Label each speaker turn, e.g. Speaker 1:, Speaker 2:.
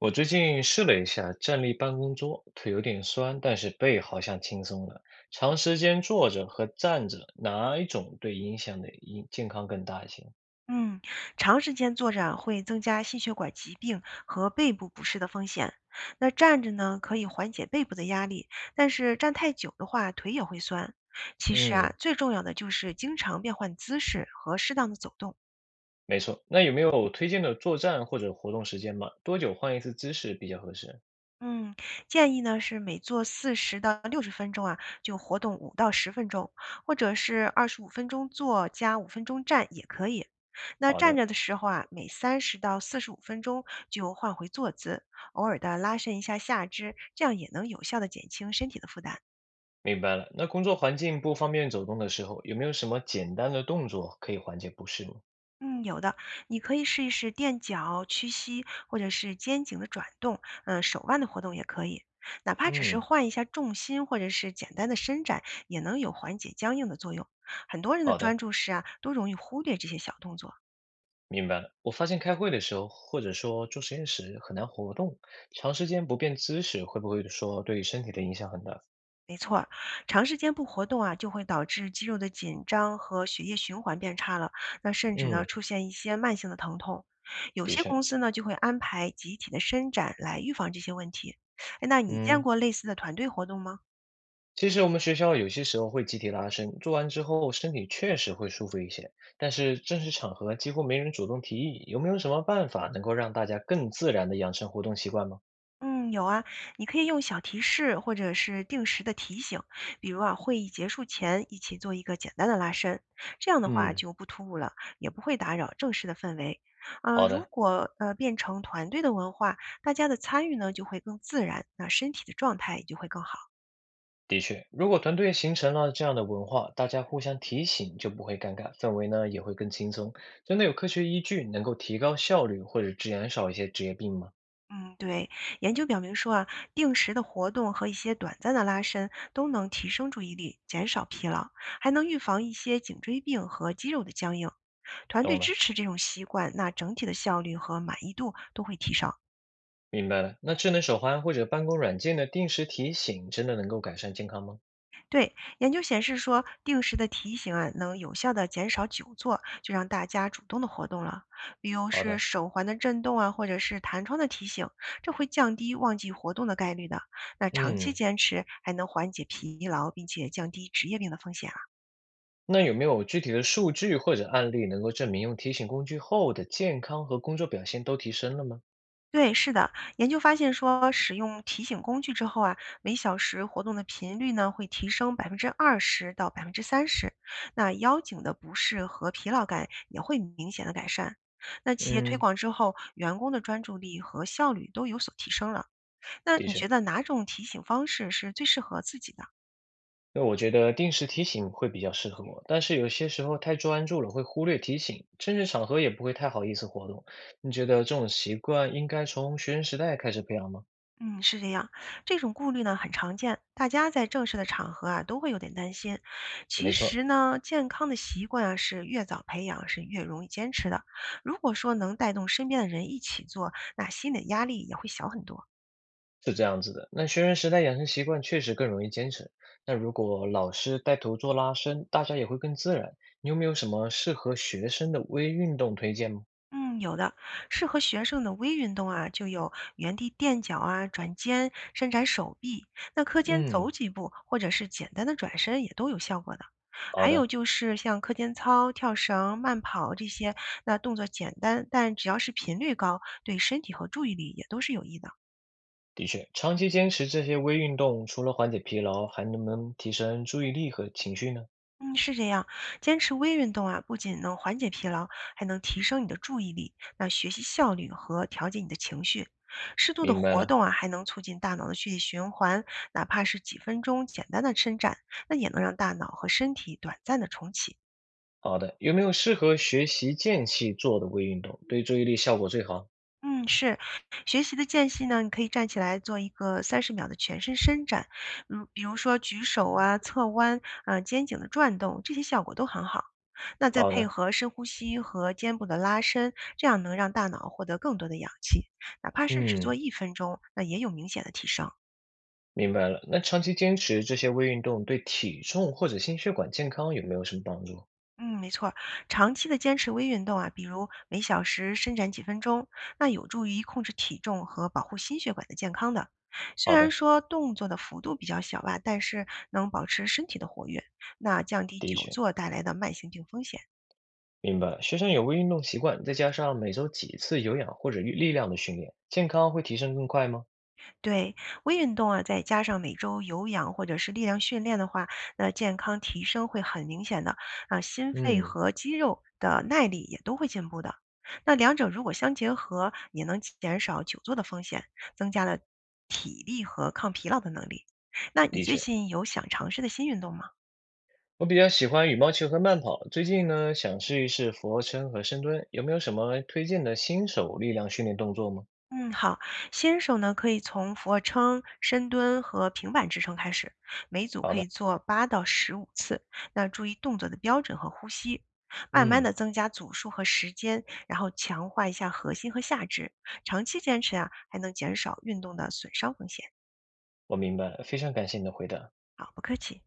Speaker 1: 我最近试了一下站立办公桌，腿有点酸，但是背好像轻松了。长时间坐着和站着，哪一种对影响的影健康更大一些？
Speaker 2: 嗯，长时间坐着会增加心血管疾病和背部不适的风险。那站着呢，可以缓解背部的压力，但是站太久的话，腿也会酸。其实
Speaker 1: 嗯，
Speaker 2: 啊，最重要的就是经常变换姿势和适当的走动。
Speaker 1: 没错。那有没有推荐的作战或者活动时间吗？多久换一次姿势比较合适？
Speaker 2: 嗯，建议呢是每做40到60分钟啊，就活动5到10分钟，或者是25分钟坐加五分钟站也可以。那
Speaker 1: 好
Speaker 2: 站
Speaker 1: 的，
Speaker 2: 着的时候啊，每30到45分钟就换回坐姿，偶尔的拉伸一下下肢，这样也能有效的减轻身体的负担。
Speaker 1: 明白了。那工作环境不方便走动的时候，有没有什么简单的动作可以缓解不适吗？
Speaker 2: 嗯，有的，你可以试一试垫脚、屈膝，或者是肩颈的转动，手腕的活动也可以，哪怕只是
Speaker 1: 嗯，
Speaker 2: 换一下重心，或者是简单的伸展，也能有缓解僵硬的作用。很多人的
Speaker 1: 好
Speaker 2: 专
Speaker 1: 的。
Speaker 2: 注时啊，都容易忽略这些小动作。
Speaker 1: 明白了，我发现开会的时候，或者说做实验时很难活动，长时间不变姿势会不会说对身体的影响很大？
Speaker 2: 没错儿，长时间不活动啊，就会导致肌肉的紧张和血液循环变差了，那甚至呢
Speaker 1: 嗯，
Speaker 2: 出现一些慢性的疼痛。有
Speaker 1: 的
Speaker 2: 些
Speaker 1: 确，
Speaker 2: 公司呢就会安排集体的伸展来预防这些问题。哎，那你见
Speaker 1: 嗯，
Speaker 2: 过类似的团队活动吗？
Speaker 1: 其实我们学校有些时候会集体拉伸，做完之后身体确实会舒服一些，但是正式场合几乎没人主动提议，有没有什么办法能够让大家更自然的养成活动习惯吗？
Speaker 2: 嗯，有啊，你可以用小提示或者是定时的提醒，比如啊，会议结束前一起做一个简单的拉伸，这样的话
Speaker 1: 嗯，
Speaker 2: 就不突兀了，也不会打扰正式的氛围。
Speaker 1: 好
Speaker 2: 如
Speaker 1: 的。
Speaker 2: 果变成团队的文化，大家的参与呢就会更自然，那身体的状态也就会更好。
Speaker 1: 的确，如果团队形成了这样的文化，大家互相提醒就不会尴尬，氛围呢也会更轻松。真的有科学依据能够提高效率或者减少一些职业病吗？
Speaker 2: 嗯，对，研究表明说啊，定时的活动和一些短暂的拉伸都能提升注意力，减少疲劳，还能预防一些颈椎病和肌肉的僵硬。团队
Speaker 1: 懂
Speaker 2: 支
Speaker 1: 了，
Speaker 2: 持这种习惯，那整体的效率和满意度都会提升。
Speaker 1: 明白了。那智能手环或者办公软件的定时提醒真的能够改善健康吗？
Speaker 2: 对，研究显示说，定时的提醒啊，能有效的减少久坐，就让大家主动的活动了。比如
Speaker 1: 好
Speaker 2: 是
Speaker 1: 的，
Speaker 2: 手环的震动啊，或者是弹窗的提醒，这会降低忘记活动的概率的。那长期
Speaker 1: 嗯，
Speaker 2: 坚持还能缓解疲劳，并且降低职业病的风险。
Speaker 1: 那有没有具体的数据或者案例能够证明用提醒工具后的健康和工作表现都提升了吗？
Speaker 2: 对，是的，研究发现说，使用提醒工具之后啊，每小时活动的频率呢会提升20%到30%，那腰颈的不适和疲劳感也会明显的改善。那企业推
Speaker 1: 嗯，
Speaker 2: 广之后，员工的专注力和效率都有所提升了。那
Speaker 1: 的
Speaker 2: 你觉
Speaker 1: 确。
Speaker 2: 得哪种提醒方式是最适合自己的呢？
Speaker 1: 那我觉得定时提醒会比较适合我，但是有些时候太专注了会忽略提醒，正式场合也不会太好意思活动。你觉得这种习惯应该从学生时代开始培养吗？
Speaker 2: 嗯，是这样，这种顾虑呢很常见，大家在正式的场合啊都会有点担心。
Speaker 1: 没
Speaker 2: 其
Speaker 1: 错，
Speaker 2: 实呢，健康的习惯啊是越早培养是越容易坚持的。如果说能带动身边的人一起做，那心理压力也会小很多。
Speaker 1: 是这样子的。那学生时代养成习惯确实更容易坚持。那如果老师带头做拉伸，大家也会更自然。你有没有什么适合学生的微运动推荐吗？
Speaker 2: 嗯，有的，适合学生的微运动啊，就有原地垫脚啊、转肩、伸展手臂。那课间走
Speaker 1: 嗯，
Speaker 2: 几步，或者是简单的转身，也都有效果的。
Speaker 1: 好
Speaker 2: 还有
Speaker 1: 的，
Speaker 2: 就是像课间操、跳绳、慢跑这些，那动作简单，但只要是频率高，对身体和注意力也都是有益的。
Speaker 1: 的确，长期坚持这些微运动，除了缓解疲劳，还能不能提升注意力和情绪呢？
Speaker 2: 嗯，是这样，坚持微运动啊，不仅能缓解疲劳，还能提升你的注意力，那学习效率和调节你的情绪。适度的
Speaker 1: 明白
Speaker 2: 活
Speaker 1: 了。
Speaker 2: 动啊，还能促进大脑的血液循环，哪怕是几分钟简单的伸展，那也能让大脑和身体短暂的重启。
Speaker 1: 好的，有没有适合学习间隙做的微运动，对注意力效果最好？
Speaker 2: 嗯，是，学习的间隙呢，你可以站起来做一个30秒的全身伸展，比如说举手啊、侧弯，肩颈的转动，这些效果都很好。那再
Speaker 1: 好
Speaker 2: 配
Speaker 1: 的，
Speaker 2: 合深呼吸和肩部的拉伸，这样能让大脑获得更多的氧气，哪怕是只做
Speaker 1: 嗯，
Speaker 2: 1分钟，那也有明显的提升。
Speaker 1: 明白了。那长期坚持这些微运动对体重或者心血管健康有没有什么帮助？
Speaker 2: 嗯，没错儿。长期的坚持微运动啊，比如每小时伸展几分钟，那有助于控制体重和保护心血管的健康的。虽
Speaker 1: 好
Speaker 2: 然
Speaker 1: 的，
Speaker 2: 说动作的幅度比较小吧，但是能保持身体的活跃，那降低
Speaker 1: 的
Speaker 2: 久
Speaker 1: 确，
Speaker 2: 坐带来的慢性病风险。
Speaker 1: 明白了。学生有微运动习惯，再加上每周几次有氧或者力量的训练，健康会提升更快吗？
Speaker 2: 对，微运动啊，再加上每周有氧或者是力量训练的话，那健康提升会很明显的啊，心肺
Speaker 1: 嗯，
Speaker 2: 和肌肉的耐力也都会进步的。那两者如果相结合，也能减少久坐的风险，增加了体力和抗疲劳的能力。那你
Speaker 1: 的
Speaker 2: 最
Speaker 1: 确，
Speaker 2: 近有想尝试的新运动吗？
Speaker 1: 我比较喜欢羽毛球和慢跑，最近呢想试一试俯卧撑和深蹲，有没有什么推荐的新手力量训练动作吗？
Speaker 2: 嗯，好，新手呢可以从俯卧撑、深蹲和平板支撑开始，每组可以做8到15次。那注意动作的标准和呼吸，慢慢
Speaker 1: 嗯。
Speaker 2: 的增加组数和时间，然后强化一下核心和下肢。长期坚持啊，还能减少运动的损伤风险。
Speaker 1: 我明白了，非常感谢你的回答。
Speaker 2: 好，不客气。